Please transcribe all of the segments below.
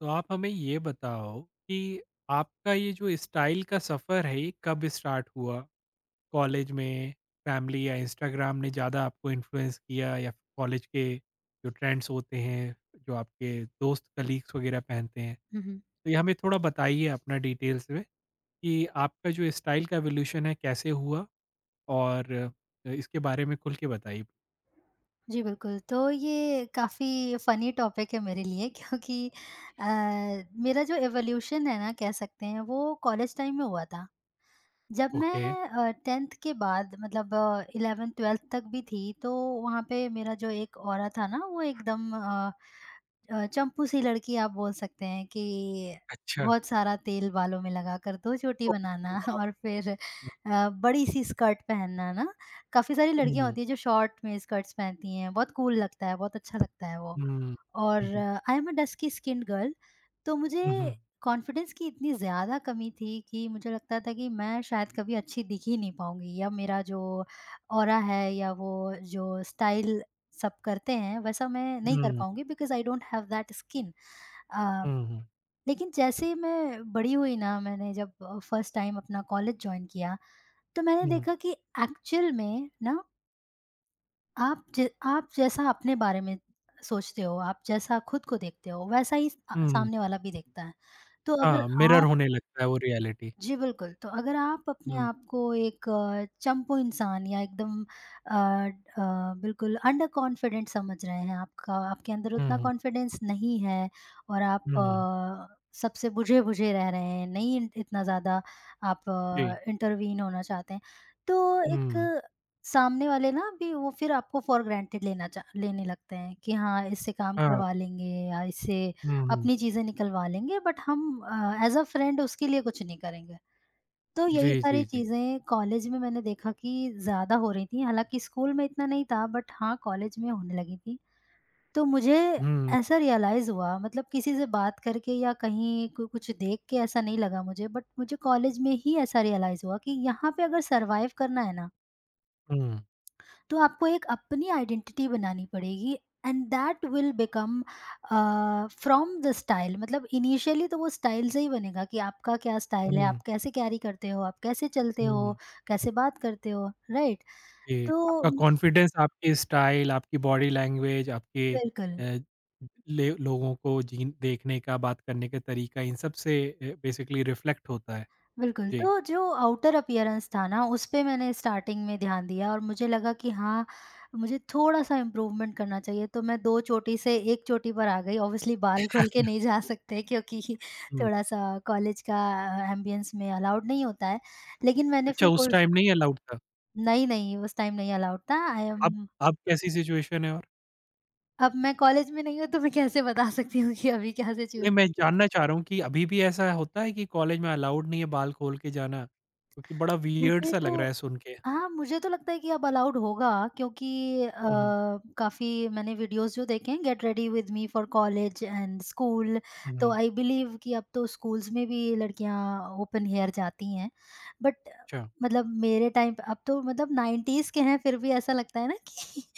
तो आप हमें ये बताओ कि आपका ये जो स्टाइल का सफ़र है ये कब स्टार्ट हुआ? कॉलेज में, फैमिली या इंस्टाग्राम ने ज़्यादा आपको इन्फ्लुएंस किया या कॉलेज के जो ट्रेंड्स होते हैं, जो आपके दोस्त कलीग्स वगैरह पहनते हैं? हुँ, हुँ। तो ये हमें थोड़ा बताइए अपना डिटेल्स में कि आपका जो स्टाइल का एवोल्यूशन है कैसे हुआ? और इसके बारे में खुल के बताइए। जी, बिल्कुल। तो ये काफ़ी फ़नी टॉपिक है मेरे लिए क्योंकि अ, मेरा जो इवोल्यूशन है ना कह सकते हैं वो कॉलेज टाइम में हुआ था। जब ओके। मैं टेंथ के बाद मतलब 11th-12th तक भी थी, तो वहाँ पे मेरा जो एक ऑरा था ना, वो एकदम चंपू सी लड़की आप बोल सकते हैं कि अच्छा। बहुत सारा तेल बालों में लगा कर दो चोटी ओह बनाना। वाह! और फिर हुँ, बड़ी सी स्कर्ट पहनना ना। काफ़ी सारी लड़कियाँ हुँ, होती है जो शॉर्ट में स्कर्ट्स पहनती हैं, बहुत कूल लगता है, बहुत अच्छा लगता है वो। हुँ, और हुँ, I am a dusky skinned girl, तो मुझे हुँ, कॉन्फिडेंस की इतनी ज़्यादा कमी थी कि मुझे लगता था कि मैं शायद कभी अच्छी दिख ही नहीं पाऊँगी, या मेरा जो ऑरा है या वो जो स्टाइल सब करते हैं वैसा मैं नहीं कर हुँ, पाऊँगी, because I don't have that skin. अ, हुँ, हुँ। लेकिन जैसे ही मैं बड़ी हुई ना, मैंने जब फर्स्ट टाइम अपना कॉलेज जॉइन किया, तो मैंने हुँ, देखा कि एक्चुअल में ना आप ज आप जैसा अपने बारे में सोचते हो, आप जैसा खुद को देखते हो, वैसा ही स हुँ। सामने वाला भी देखता है। तो अगर हाँ, मिरर आप होने लगता है वो रियलिटी। जी, बिल्कुल। तो अगर आप अपने हुँ, आप को एक चंपू इंसान या एकदम अ अ, बिल्कुल अंडर कॉन्फिडेंट समझ रहे हैं, आपका आपके अंदर हुँ, उतना हुँ, कॉन्फिडेंस नहीं है, और आप हुँ, हुँ। सबसे बुझे-बुझे रह रहे हैं, नहीं इन इतना ज़्यादा आप जी, इंटरवीन होना चाहते हैं, तो एक हुँ, सामने वाले ना भी वो फिर आपको फॉर ग्रांटेड लेना चा लेने लगते हैं कि हाँ, इससे काम हाँ, करवा लेंगे या इससे हुँ, हुँ। अपनी चीज़ें निकलवा लेंगे, बट हम एज़ अ फ्रेंड उसके लिए कुछ नहीं करेंगे। तो यही जी, सारी जी, जी। चीज़ें कॉलेज में मैंने देखा कि ज़्यादा हो रही थी, हालाँकि स्कूल में इतना नहीं था, बट हाँ, कॉलेज में होने लगी थी। तो मुझे हुँ, ऐसा रियलाइज़ हुआ, मतलब किसी से बात करके या कहीं कु कुछ देख के ऐसा नहीं लगा मुझे, बट मुझे कॉलेज में ही ऐसा रियलाइज़ हुआ कि यहाँ पे अगर सर्वाइव करना है ना, हुँ, तो आपको एक अपनी आइडेंटिटी बनानी पड़ेगी and that will become from the style. मतलब इनिशियली तो वो स्टाइल से ही बनेगा कि आपका क्या स्टाइल है, हुँ, आप कैसे कैरी करते हो, आप कैसे चलते हो, हुँ। कैसे बात करते हो, right? जी, आपका तो कॉन्फिडेंस, आपकी स्टाइल, आपकी बॉडी लैंग्वेज, आपके बिल्कुल अ, ले लोगों को जीन देखने का, बात करने का तरीका, इन सब से बेसिकली रिफ्लेक्ट होता है। बिल्कुल, जी। तो जो आउटर अपीयरेंस था ना, उसपे मैंने स्टार्टिंग में ध्यान दिया और मुझे लगा कि हाँ, मुझे थोड़ा-सा इम्प्रूवमेंट करना चाहिए, तो मैं 2 चोटी से 1 चोटी पर आ गई। ऑब्वियसली बाल खोल के नहीं जा सकते क्योंकि हुँ, थोड़ा-सा कॉलेज का एम्बियंस में अलाउड नहीं होता है। लेकिन मैंने अच्छा फिर उस कोई टाइम नहीं अलाउड था। नहीं, नहीं, उस टाइम नहीं अलाउड था। आई अब एम अब कैसी सिचुएशन है और? अब मैं कॉलेज में नहीं हूँ, तो मैं कैसे बता सकती हूँ कि अभी क्या नहीं, सिचुएशन। मैं जानना चाह रहा हूँ कि अभी भी ऐसा होता है कि कॉलेज में अलाउड नहीं है बाल खोल के जाना? क्योंकि बड़ा वियर्ड मुझे सा लग तो रहा है सुन के। हाँ, मुझे तो लगता है कि अब अलाउड होगा क्योंकि अ, हुँ, काफ़ी मैंने वीडियोस जो देखे हैं, get ready with me for college and school. तो हुँ, आई बिलीव कि अब तो स्कूल्स में भी लड़कियां ओपन हेयर जाती हैं। बट अच्छा। मतलब मेरे टाइम पे, अब तो मतलब 90s के हैं फिर भी ऐसा लगता है ना कि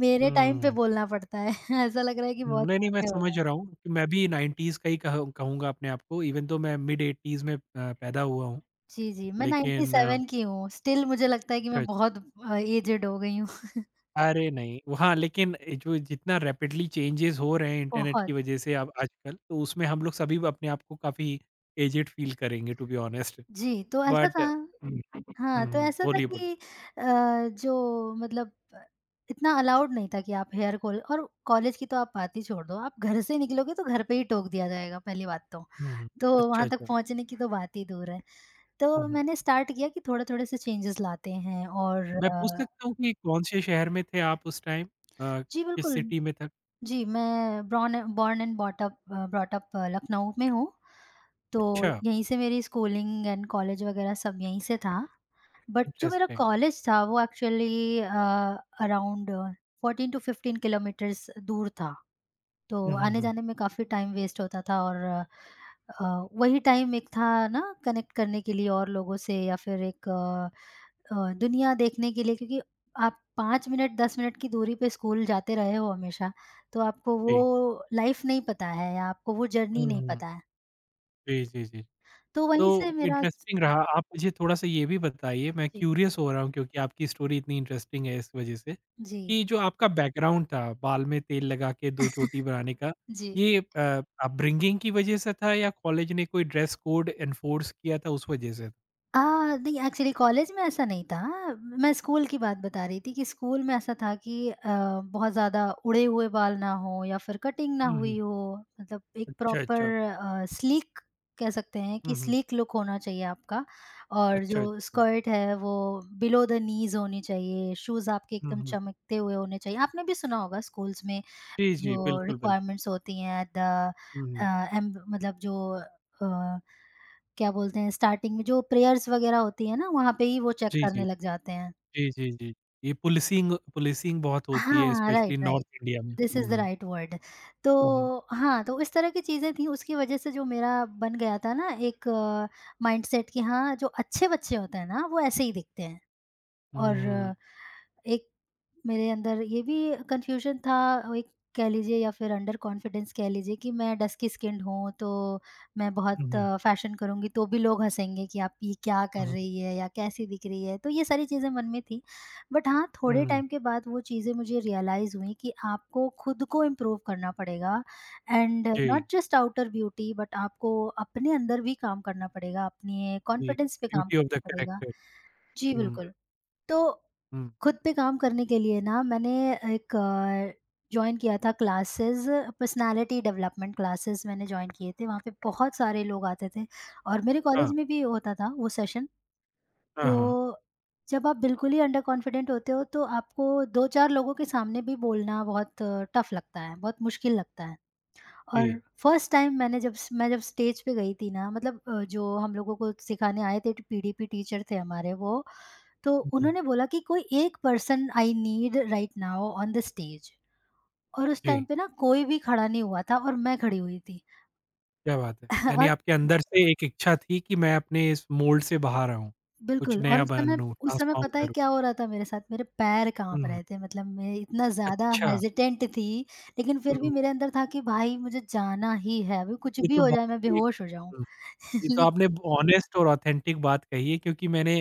मेरे टाइम पे हुँ, बोलना पड़ता है। ऐसा लग रहा है कि नहीं, बहुत नहीं मैं आगे हो समझ गए। रहा हूँ कि मैं भी 90s का ही कह कहूँगा अपने आप को इवन दो मैं मिड 80s में पैदा हुआ हूँ। जी, जी, मैं लेकिन 97 की हूँ, स्टिल मुझे लगता है कि अच्छा, मैं अच्छा। बहुत एज्ड हो गई हूँ। अरे नहीं, वहाँ लेकिन जो जितना रैपिडली चेंजेज़ हो रहे हैं इंटरनेट की बहुत। वज़ह से अब आजकल, तो उसमें हम लोग सभी अपने आप को काफ़ी एज्ड फील करेंगे टू बी ऑनेस्ट जी, तो ऐसा बट था हुँ, हुँ, हाँ, तो ऐसा था बोलिए, कि बोलिए। जो मतलब इतना अलाउड नहीं था कि आप हेयर कॉल और कॉलेज की तो आप बात ही छोड़ दो, आप घर से निकलोगे तो घर पे ही टोक दिया जाएगा पहली बात तो। हुँ, हुँ। तो अच्छा, वहाँ तक अच्छा। पहुँचने की तो बात ही दूर है। हुँ, तो हुँ। मैंने स्टार्ट किया कि थोड़े-थोड़े से चेंजेज़ लाते हैं, और मैं पूछ सकता हूँ कि कौन-से शहर में थे आप उस टाइम? अ, जी किस बिल्कुल, सिटी में था? जी मैं born born and brought up Lucknow में हूँ, अच्छा, तो यहीं से मेरी स्कूलिंग एंड कॉलेज वगैरह सब यहीं से था। बट जो मेरा इंटरेस्टिंग। कॉलेज था वो एक्चुअली अराउंड 14 टू 15 किलोमीटर्स दूर था। तो हुँ, हुँ, हुँ। आने-जाने में काफ़ी टाइम वेस्ट होता था, और वही टाइम एक था ना कनेक्ट करने के लिए और लोगों से, या फिर एक दुनिया देखने के लिए, क्योंकि आप 5 मिनट 10 मिनट की दूरी पे स्कूल जाते रहे हो हमेशा, तो आपको जी। वो लाइफ़ नहीं पता है या आपको वो जर्नी हुँ, नहीं हुँ। पता है। जी, जी, जी। तो वहीं तो से मेरा इंटरेस्टिंग रहा। आप मुझे थोड़ा-सा ये भी बताइए, मैं जी, क्यूरियस हो रहा हूँ क्योंकि आपकी स्टोरी इतनी इंटरेस्टिंग है इस वजह से, जी, कि जो आपका बैकग्राउंड था, बाल में तेल लगा के 2 चोटी बनाने का, जी। ये अपब्रिंगिंग की वजह से था या कॉलेज ने कोई ड्रेस कोड एनफोर्स किया था उस वजह से? अ, नहीं, एक्चुअली कॉलेज में ऐसा नहीं था। मैं स्कूल की बात बता रही थी कि स्कूल में ऐसा था कि बहुत ज़्यादा उड़े हुए बाल ना हो या फिर कटिंग ना हुँ, हुँ। हुई हो, मतलब एक अच्छा, प्रॉपर अच्छा। स्लीक कह सकते हैं कि हुँ, हुँ। स्लीक लुक होना चाहिए आपका। और अच्छा, जो अच्छा। स्कर्ट है वो बिलो द नीज़ होनी चाहिए, शूज़ आपके हुँ, एकदम हुँ। चमकते हुए होने चाहिए। आपने भी सुना होगा स्कूल्स में जी, जी, जो बिल्कुल, बिल्कुल। रिक्वायरमेंट्स होती हैं the hmm, a, hmm. M मतलब अ, क्या बोलते हैं स्टार्टिंग में जो प्रेयर्स वगैरह होती है ना, वहाँ पे ही वो चेक जी, जी। करने लग जाते हैं। जी, जी, जी। ये पुलिसिंग पुलिसिंग बहुत होती है हाँ, right, specially north right. India में। This hmm, is the hmm, right word. हुँ, हुँ, तो हाँ, तो इस तरह की चीज़ें थी, उसकी वजह से जो मेरा बन गया था ना, एक माइंडसेट कि हाँ, जो अच्छे बच्चे होते हैं ना, वो ऐसे ही दिखते हैं, और एक मेरे अंदर ये भी कन्फ्यूज़न था, और एक कह लीजिए या फिर अंडर कॉन्फिडेंस कह लीजिए कि मैं डस्की स्किन्ड हूँ, तो मैं हुँ, बहुत हुँ, फ़ैशन करूँगी तो भी लोग हँसेंगे कि आप ये क्या कर हुँ, रही है या कैसी दिख रही है, तो ये सारी चीज़ें मन में थी। बट हाँ, थोड़े हुँ। टाइम के बाद वो चीज़ें मुझे रियलाइज़ हुई कि आपको खुद को इम्प्रूव करना पड़ेगा, एंड नॉट जी, जस्ट आउटर ब्यूटी, बट आपको अपने अंदर भी काम करना पड़ेगा, अपने जी। कॉन्फिडेंस पे काम ब्यूटी ऑफ करना द पड़ेगा। कैरेक्टर। जी, हुँ, बिल्कुल। तो हुँ। खुद पे काम करने के लिए ना मैंने एक जॉइन किया था क्लासेस, पर्सनालिटी डेवलपमेंट क्लासेस मैंने जॉइन किए थे, वहाँ पे बहुत सारे लोग आते थे और मेरे हाँ, कॉलेज में भी होता था वो सेशन। हाँ, तो हाँ। जब आप बिल्कुल ही अंडर कॉन्फिडेंट होते हो तो आपको दो चार लोगों के सामने भी बोलना बहुत टफ लगता है, बहुत मुश्किल लगता है, जी। और फर्स्ट टाइम मैं जब स्टेज पे गई थी ना, मतलब जो हम लोगों को सिखाने आए थे पीडीपी टीचर थे हमारे वो, तो हुँ, हुँ। उन्होंने बोला कि कोई एक person I need right now on the stage. और उस टाइम जी, पे ना कोई भी खड़ा नहीं हुआ था और मैं खड़ी हुई थी। क्या बात है। यानी और आपके अंदर से एक इच्छा थी कि मैं अपने इस मोल्ड से बाहर आऊँ, कुछ बिल्कुल। और नया उस समय बनूँ, उस समय ट्रांसफ़ॉर्म पता है करूँ। क्या हो रहा था मेरे साथ? मेरे पैर काँप हुँ। रहे थे, मतलब मैं इतना ज़्यादा अच्छा, हेज़िटेंट थी, लेकिन फिर भी हुँ। मेरे अंदर था कि भाई मुझे जाना ही है, अभी कुछ ये भी तो हो बहुत जाए, मैं ही बेहोश हो जाऊँ। हुँ, एक ये तो लेक आपने ऑनेस्ट और ऑथेंटिक बात कही है क्योंकि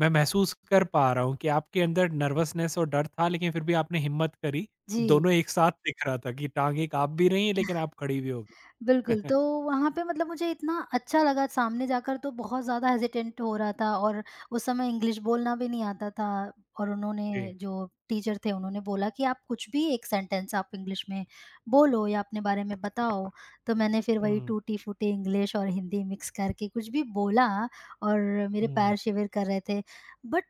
मैं महसूस कर पा रहा हूँ कि आपके अंदर नर्वसनेस और डर था लेकिन फिर भी आपने हिम्मत करी। तो जी। दोनों एक साथ दिख रहा था कि टाँगें काँप भी रही हैं लेकिन आप खड़ी भी हो गई। बिल्कुल, तो वहाँ पे मतलब मुझे इतना अच्छा लगा, सामने जाकर तो बहुत ज़्यादा हेज़िटेंट हो रहा था, और उस समय इंग्लिश बोलना भी नहीं आता था, और जी। उन्होंने जो टीचर थे उन्होंने बोला कि आप कुछ भी एक सेंटेंस आप इंग्लिश में बोलो या अपने बारे में बताओ, तो मैंने फिर वही हुँ, टूटी-फूटी इंग्लिश और हिंदी मिक्स करके कुछ भी बोला, और मेरे हुँ, पैर शिविर कर रहे थे। बट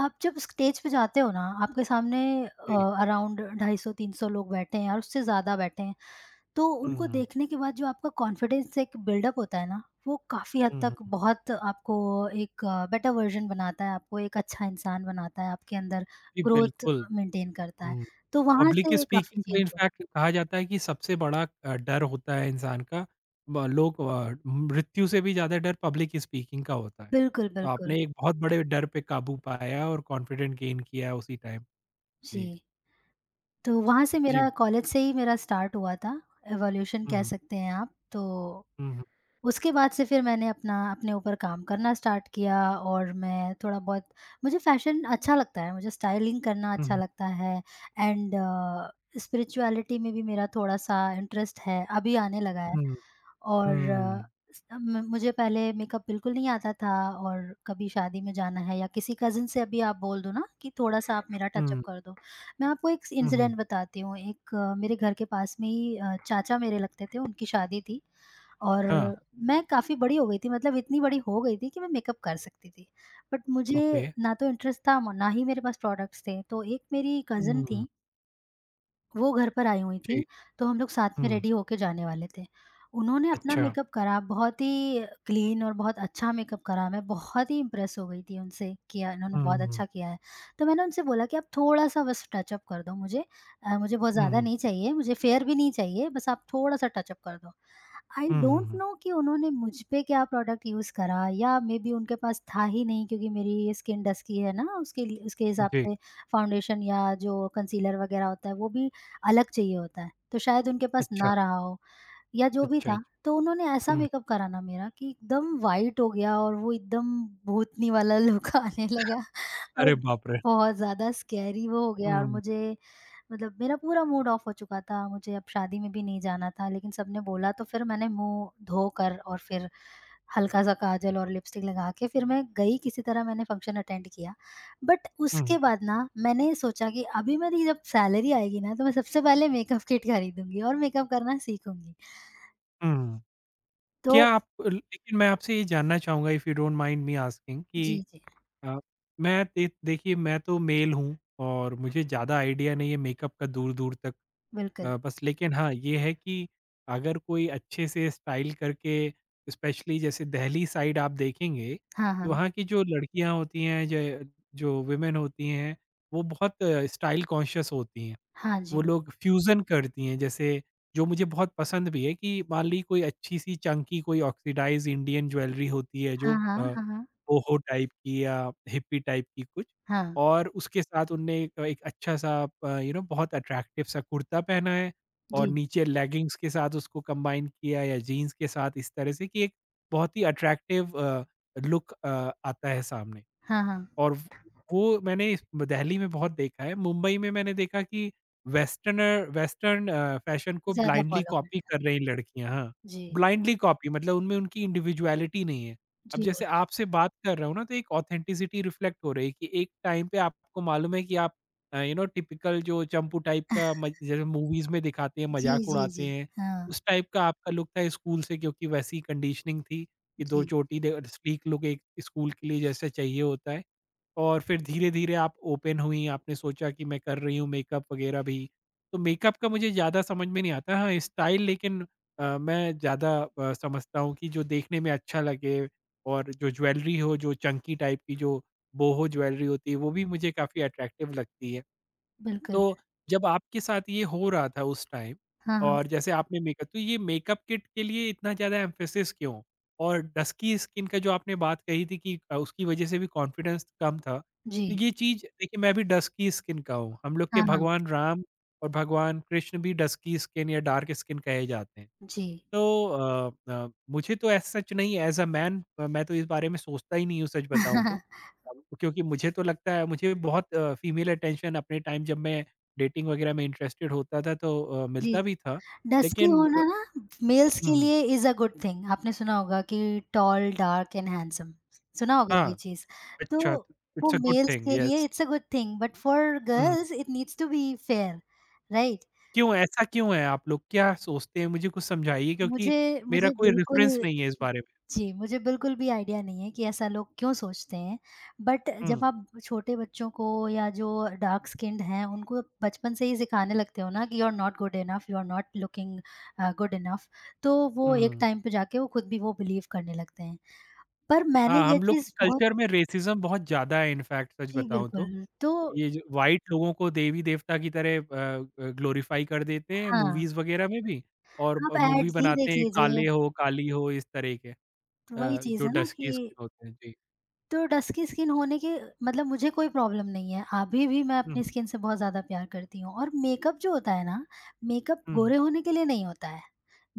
आप जब स्टेज पे जाते हो ना, आपके सामने अ, जी। अराउंड 250-300 लोग बैठे हैं और उससे ज़्यादा बैठे हैं। तो उनको हुँ, देखने के बाद जो आपका कॉन्फिडेंस एक बिल्डअप होता है ना, वो काफ़ी हद हुँ, हुँ। तक बहुत आपको एक बेटर वर्ज़न बनाता है, आपको एक अच्छा इंसान बनाता है, आपके अंदर जी, ग्रोथ बिल्कुल। मेंटेन करता है। हुँ। तो वहाँ पब्लिक से काफ़ी स्पीकिंग तो चेंज हुआ। इनफैक्ट कहा जाता है कि सबसे बड़ा डर होता है इंसान का। ब लोग मृत्यु से भी ज़्यादा डर पब्लिक स्पीकिंग का होता है। बिल्कुल, तो बिल्कुल। आपने एक बहुत बड़े डर पे काबू पाया और कॉन्फिडेंट गेन किया उसी टाइम। जी। जी, तो वहाँ से, जी। मेरा कॉलेज से ही मेरा स्टार्ट हुआ था, इवोल्यूशन हुँ, कह हुँ, सकते हैं आप। तो हुँ, उसके बाद से फिर मैंने अपना अपने ऊपर काम करना स्टार्ट किया, और मैं थोड़ा बहुत मुझे फ़ैशन अच्छा लगता है, मुझे स्टाइलिंग करना अच्छा हुँ, लगता है, एंड स्पिरिचुअलिटी में भी मेरा थोड़ा-सा इंटरेस्ट है, अभी आने लगा है। हुँ, और अ, स म मुझे पहले मेकअप बिल्कुल नहीं आता था, और कभी शादी में जाना है या किसी कज़िन से अभी आप बोल दो ना कि थोड़ा-सा आप मेरा टचअप कर दो। मैं आपको एक हुँ, हुँ। इंसिडेंट बताती हूँ। एक मेरे घर के पास में ही चाचा मेरे लगते थे, उनकी शादी थी। और हाँ, मैं काफ़ी बड़ी हो गई थी, मतलब इतनी बड़ी हो गई थी कि मैं मेकअप कर सकती थी। बट मुझे ओके। ना तो इंटरेस्ट था म ना ही मेरे पास प्रोडक्ट्स थे। तो एक मेरी कज़िन हुँ, थी, वो घर पर आई हुई जी। थी, तो हम लोग साथ में हुँ, रेडी होके जाने वाले थे। उन्होंने अपना अच्छा। मेकअप करा, बहुत ही क्लीन और बहुत अच्छा मेकअप करा। मैं बहुत ही इम्प्रेस हो गई थी उनसे, किया इन्होंने हुँ, बहुत हुँ, अच्छा किया है। तो मैंने उनसे बोला कि आप थोड़ा-सा बस टचअप कर दो मुझे। मुझे बहुत ज़्यादा हुँ, नहीं चाहिए, मुझे फेयर भी नहीं चाहिए, बस आप थोड़ा-सा टचअप कर दो। आई हुँ, डोंट हुँ। नो कि उन्होंने मुझ पे क्या प्रोडक्ट यूज़ करा, या मेबी उनके पास था ही नहीं, क्योंकि मेरी ये स्किन डस्की है ना, उसके लिए उसके हिसाब जी, से फाउंडेशन या जो कंसीलर वगैरह होता है वो भी अलग चाहिए होता है। तो शायद उनके पास अच्छा, ना रहा हो, या जो भी अच्छा, था, अच्छा। तो उन्होंने ऐसा हुँ, मेकअप करा ना मेरा कि एकदम वाइट हो गया, और वो एकदम भूतनी वाला लुक आने लगा, अरे और बाप रे! बहुत ज़्यादा स्कैरी वो हो गया, और हुँ, मुझे मतलब मेरा पूरा मूड ऑफ हो चुका था, मुझे अब शादी में भी नहीं जाना था, लेकिन सबने बोला तो फिर मैंने मुँह धोकर, और फिर हल्का-सा काजल और लिपस्टिक लगा के फिर मैं गई, किसी तरह मैंने फंक्शन अटेंड किया। बट हुँ, उसके बाद ना मैंने सोचा कि अभी मेरी जब सैलरी आएगी ना, तो मैं सबसे पहले मेकअप किट खरीदूँगी और मेकअप करना सीखूँगी। हुँ। तो क्या आप ल लेकिन मैं आपसे ये जानना चाहूँगा if you don't mind me asking कि जी, जी, अ, मैं दे देखिए मैं तो मेल हूँ और मुझे ज़्यादा आइडिया नहीं है मेकअप का दूर-दूर तक बिल्कुल। बस लेकिन हाँ, ये है कि अगर कोई अच्छे से स्टाइल करके स्पेशली जैसे देहली साइड आप देखेंगे, हाँ, कि हाँ। वहाँ की जो लड़कियाँ होती हैं, ज जो वुमेन होती हैं, वो बहुत स्टाइल कॉन्शियस होती हैं। हाँ जी, वो बिल लोग फ्यूज़न करती हैं जैसे जो मुझे बहुत पसंद भी है कि मान ली कोई अच्छी-सी चंकी कोई ऑक्सीडाइज़ इंडियन ज्वेलरी होती है जो हाँ, हाँ, हाँ, हाँ। बोहो टाइप की या हिप्पी टाइप की कुछ हाँ, और उसके साथ उनने एक एक अच्छा-सा यू नो बहुत अट्रैक्टिव सा कुर्ता पहना है और जी। नीचे लेगिंग्स के साथ उसको कंबाइन किया या जीन्स के साथ इस तरह से कि एक बहुत ही अट्रैक्टिव लुक आता है सामने। हाँ, हाँ। और व वो मैंने इस दिल्ली में बहुत देखा है। मुंबई में मैंने देखा कि वेस्टर्न फ़ैशन को ज़्यादा ब्लाइंडली फ़ॉलो कॉपी करता है। कर रही लड़कियाँ हाँ, जी, ब्लाइंडली कॉपी मतलब उनमें उनकी इंडिविडुअलिटी नहीं है। अब जी, जैसे बिल्कुल। आपसे बात कर रहा हूँ ना, तो एक ऑथेंटिसिटी रिफ्लेक्ट हो रही है कि एक टाइम पे आपको मालूम है कि आप यू नो टिपिकल जो चंपू टाइप का मज जैसे मूवीज़ में दिखाते हैं, जी, मज़ाक जी, उड़ाते जी। हैं, हाँ, उस टाइप का आपका लुक था स्कूल से क्योंकि वैसी कंडीशनिंग थी कि 2 जी, चोटी दे स्लीक लुक एक स्कूल के लिए जैसा चाहिए होता है। और फिर धीरे-धीरे आप ओपन हुई, आपने सोचा कि मैं कर रही हूँ मेकअप वगैरह भी। तो मेकअप का मुझे ज़्यादा समझ में नहीं आता, हाँ स्टाइल लेकिन मैं ज़्यादा समझता हूँ कि जो देखने में अच्छा लगे और जो ज्वेलरी हो, जो चंकी टाइप की जो बोहो ज्वेलरी होती है, वो भी मुझे काफ़ी अट्रैक्टिव लगती है। बिल्कुल। तो जब आपके साथ ये हो रहा था उस टाइम हाँ, हाँ। और जैसे आपने मेकअप तो ये मेकअप किट के लिए इतना ज़्यादा एम्फेसिस क्यों? और डस्की स्किन का जो आपने बात कही थी कि उसकी वजह से भी कॉन्फिडेंस कम था। जी। तो ये चीज़ देखिए मैं भी डस्की स्किन का हूँ। हम लोग के हाँ, हाँ। भगवान राम और भगवान कृष्ण भी डस्की स्किन या डार्क स्किन कहे जाते हैं। जी। तो मुझे तो ऐसा सच नहीं है एज़ अ मैन मैं तो इस बारे में सोचता ही नहीं हूँ सच बताऊँ तो। हुँ। क्योंकि मुझे तो लगता है मुझे बहुत फीमेल अटेंशन अपने टाइम जब मैं डेटिंग वगैरह में इंटरेस्टेड होता था तो जी, मिलता भी था। डस्की लेकिन होना ना मेल्स हुँ, के हुँ। लिए इज़ अ गुड थिंग। आपने सुना होगा कि टॉल, डार्क एंड हैंडसम, सुना होगा ये हाँ, चीज़। तो अच्छा वो it's a good males thing के लिए yes. It's a good thing but for hmm, girls it needs to be fair, right? क्यों ऐसा क्यों है आप लोग क्या सोचते हैं? मुझे कुछ समझाइए क्योंकि मुझे मेरा मुझे कोई बिल्कुल रेफ़रेंस नहीं है इस बारे में। जी, मुझे बिल्कुल भी आइडिया नहीं है कि ऐसा लोग क्यों सोचते हैं। बट हुँ, जब आप छोटे बच्चों को, या जो डार्क स्किन्ड हैं, उनको बचपन से ही सिखाने लगते हो ना कि you are not good enough, you are not looking good enough, तो वो एक हुँ। टाइम पे जाके वो खुद भी वो बिलीव करने लगते हैं। पर मैंने हाँ, ये हम लोग के चीज़ बहुत कल्चर में रेसिज़्म बहुत ज़्यादा है इनफैक्ट सच जी बताऊँ बिल्कुल, तो। तो ये जो व्हाइट लोगों को देवी-देवता की तरह ग्लोरीफाई कर देते हैं हाँ, मूवीज़ वगैरह में भी और आप मूवी एड्स ही बनाते देख हैं लीजिए, काले हो, काली हो इस तरह के तो वही जो चीज़ है ना कि डस्की स्किन होते हैं। जी। तो डस्की स्किन होने के, मतलब मुझे कोई प्रॉब्लम नहीं है। अभी भी मैं हुँ, अपनी स्किन से बहुत ज़्यादा प्यार करती हूँ, और मेकअप जो होता है ना, मेकअप हुँ, गोरे होने के लिए नहीं होता है।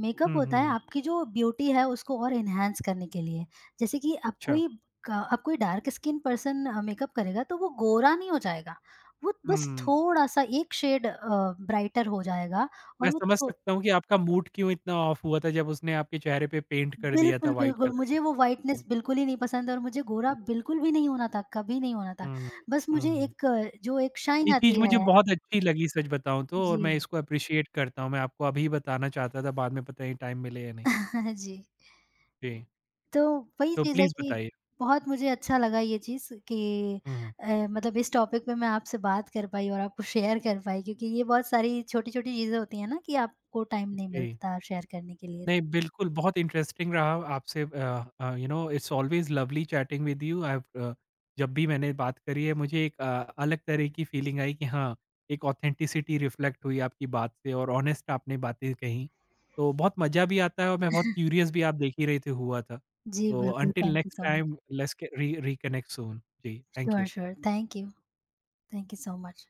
मेकअप हुँ, होता है हुँ। आपकी जो ब्यूटी है उसको और एनहांस करने के लिए। जैसे कि अच्छा। अब कोई डार्क स्किन पर्सन मेकअप करेगा तो वो गोरा नहीं हो जाएगा। वो बस हुँ, थोड़ा-सा एक शेड ब्राइटर हो जाएगा, मैं और वो समझ थो सकता हूँ कि आपका मूड क्यों इतना ऑफ हुआ था जब उसने आपके चेहरे पे पेंट कर दिया था बिल्कुल, व्हाइट बिल्कुल, कलर का। मुझे वो व्हाइटनेस हुँ, बिल्कुल ही नहीं पसंद, और मुझे गोरा बिल्कुल भी नहीं होना था, कभी नहीं होना था। हुँ, बस हुँ, मुझे हुँ। एक जो एक ये शाइन चीज़ आती मुझे है, बहुत अच्छी लगी सच बताऊँ तो और जी। मैं इसको एप्रिशिएट करता हूँ। मैं आपको अभी बताना चाहता था बाद में पता नहीं टाइम मिले या नहीं। जी। जी, तो वही तो चीज़ है प्लीज़ कि बताइए। बहुत मुझे अच्छा लगा ये चीज़ कि हुँ, मतलब इस टॉपिक पे मैं आपसे बात कर पाई और आपको शेयर कर पाई, क्योंकि ये बहुत सारी छोटी-छोटी चीज़ें होती हैं ना कि आपको टाइम नहीं जी। मिलता शेयर करने के लिए। नहीं, बिल्कुल बहुत इंटरेस्टिंग रहा आपसे you know it's always lovely chatting with you I जब भी मैंने बात करी है मुझे एक अलग तरह की फीलिंग आई कि हाँ, एक ऑथेंटिसिटी रिफ्लेक्ट हुई आपकी बात से और ऑनेस्ट आपने बातें कहीं। तो बहुत मज़ा भी आता है और मैं बहुत क्यूरियस भी आप देख ही रहे थे हुआ था। जी, तो बिल्कुल, until thank you next so much. Time let's re reconnect soon. जी, thank sure, you. Sure, thank you. Thank you so much.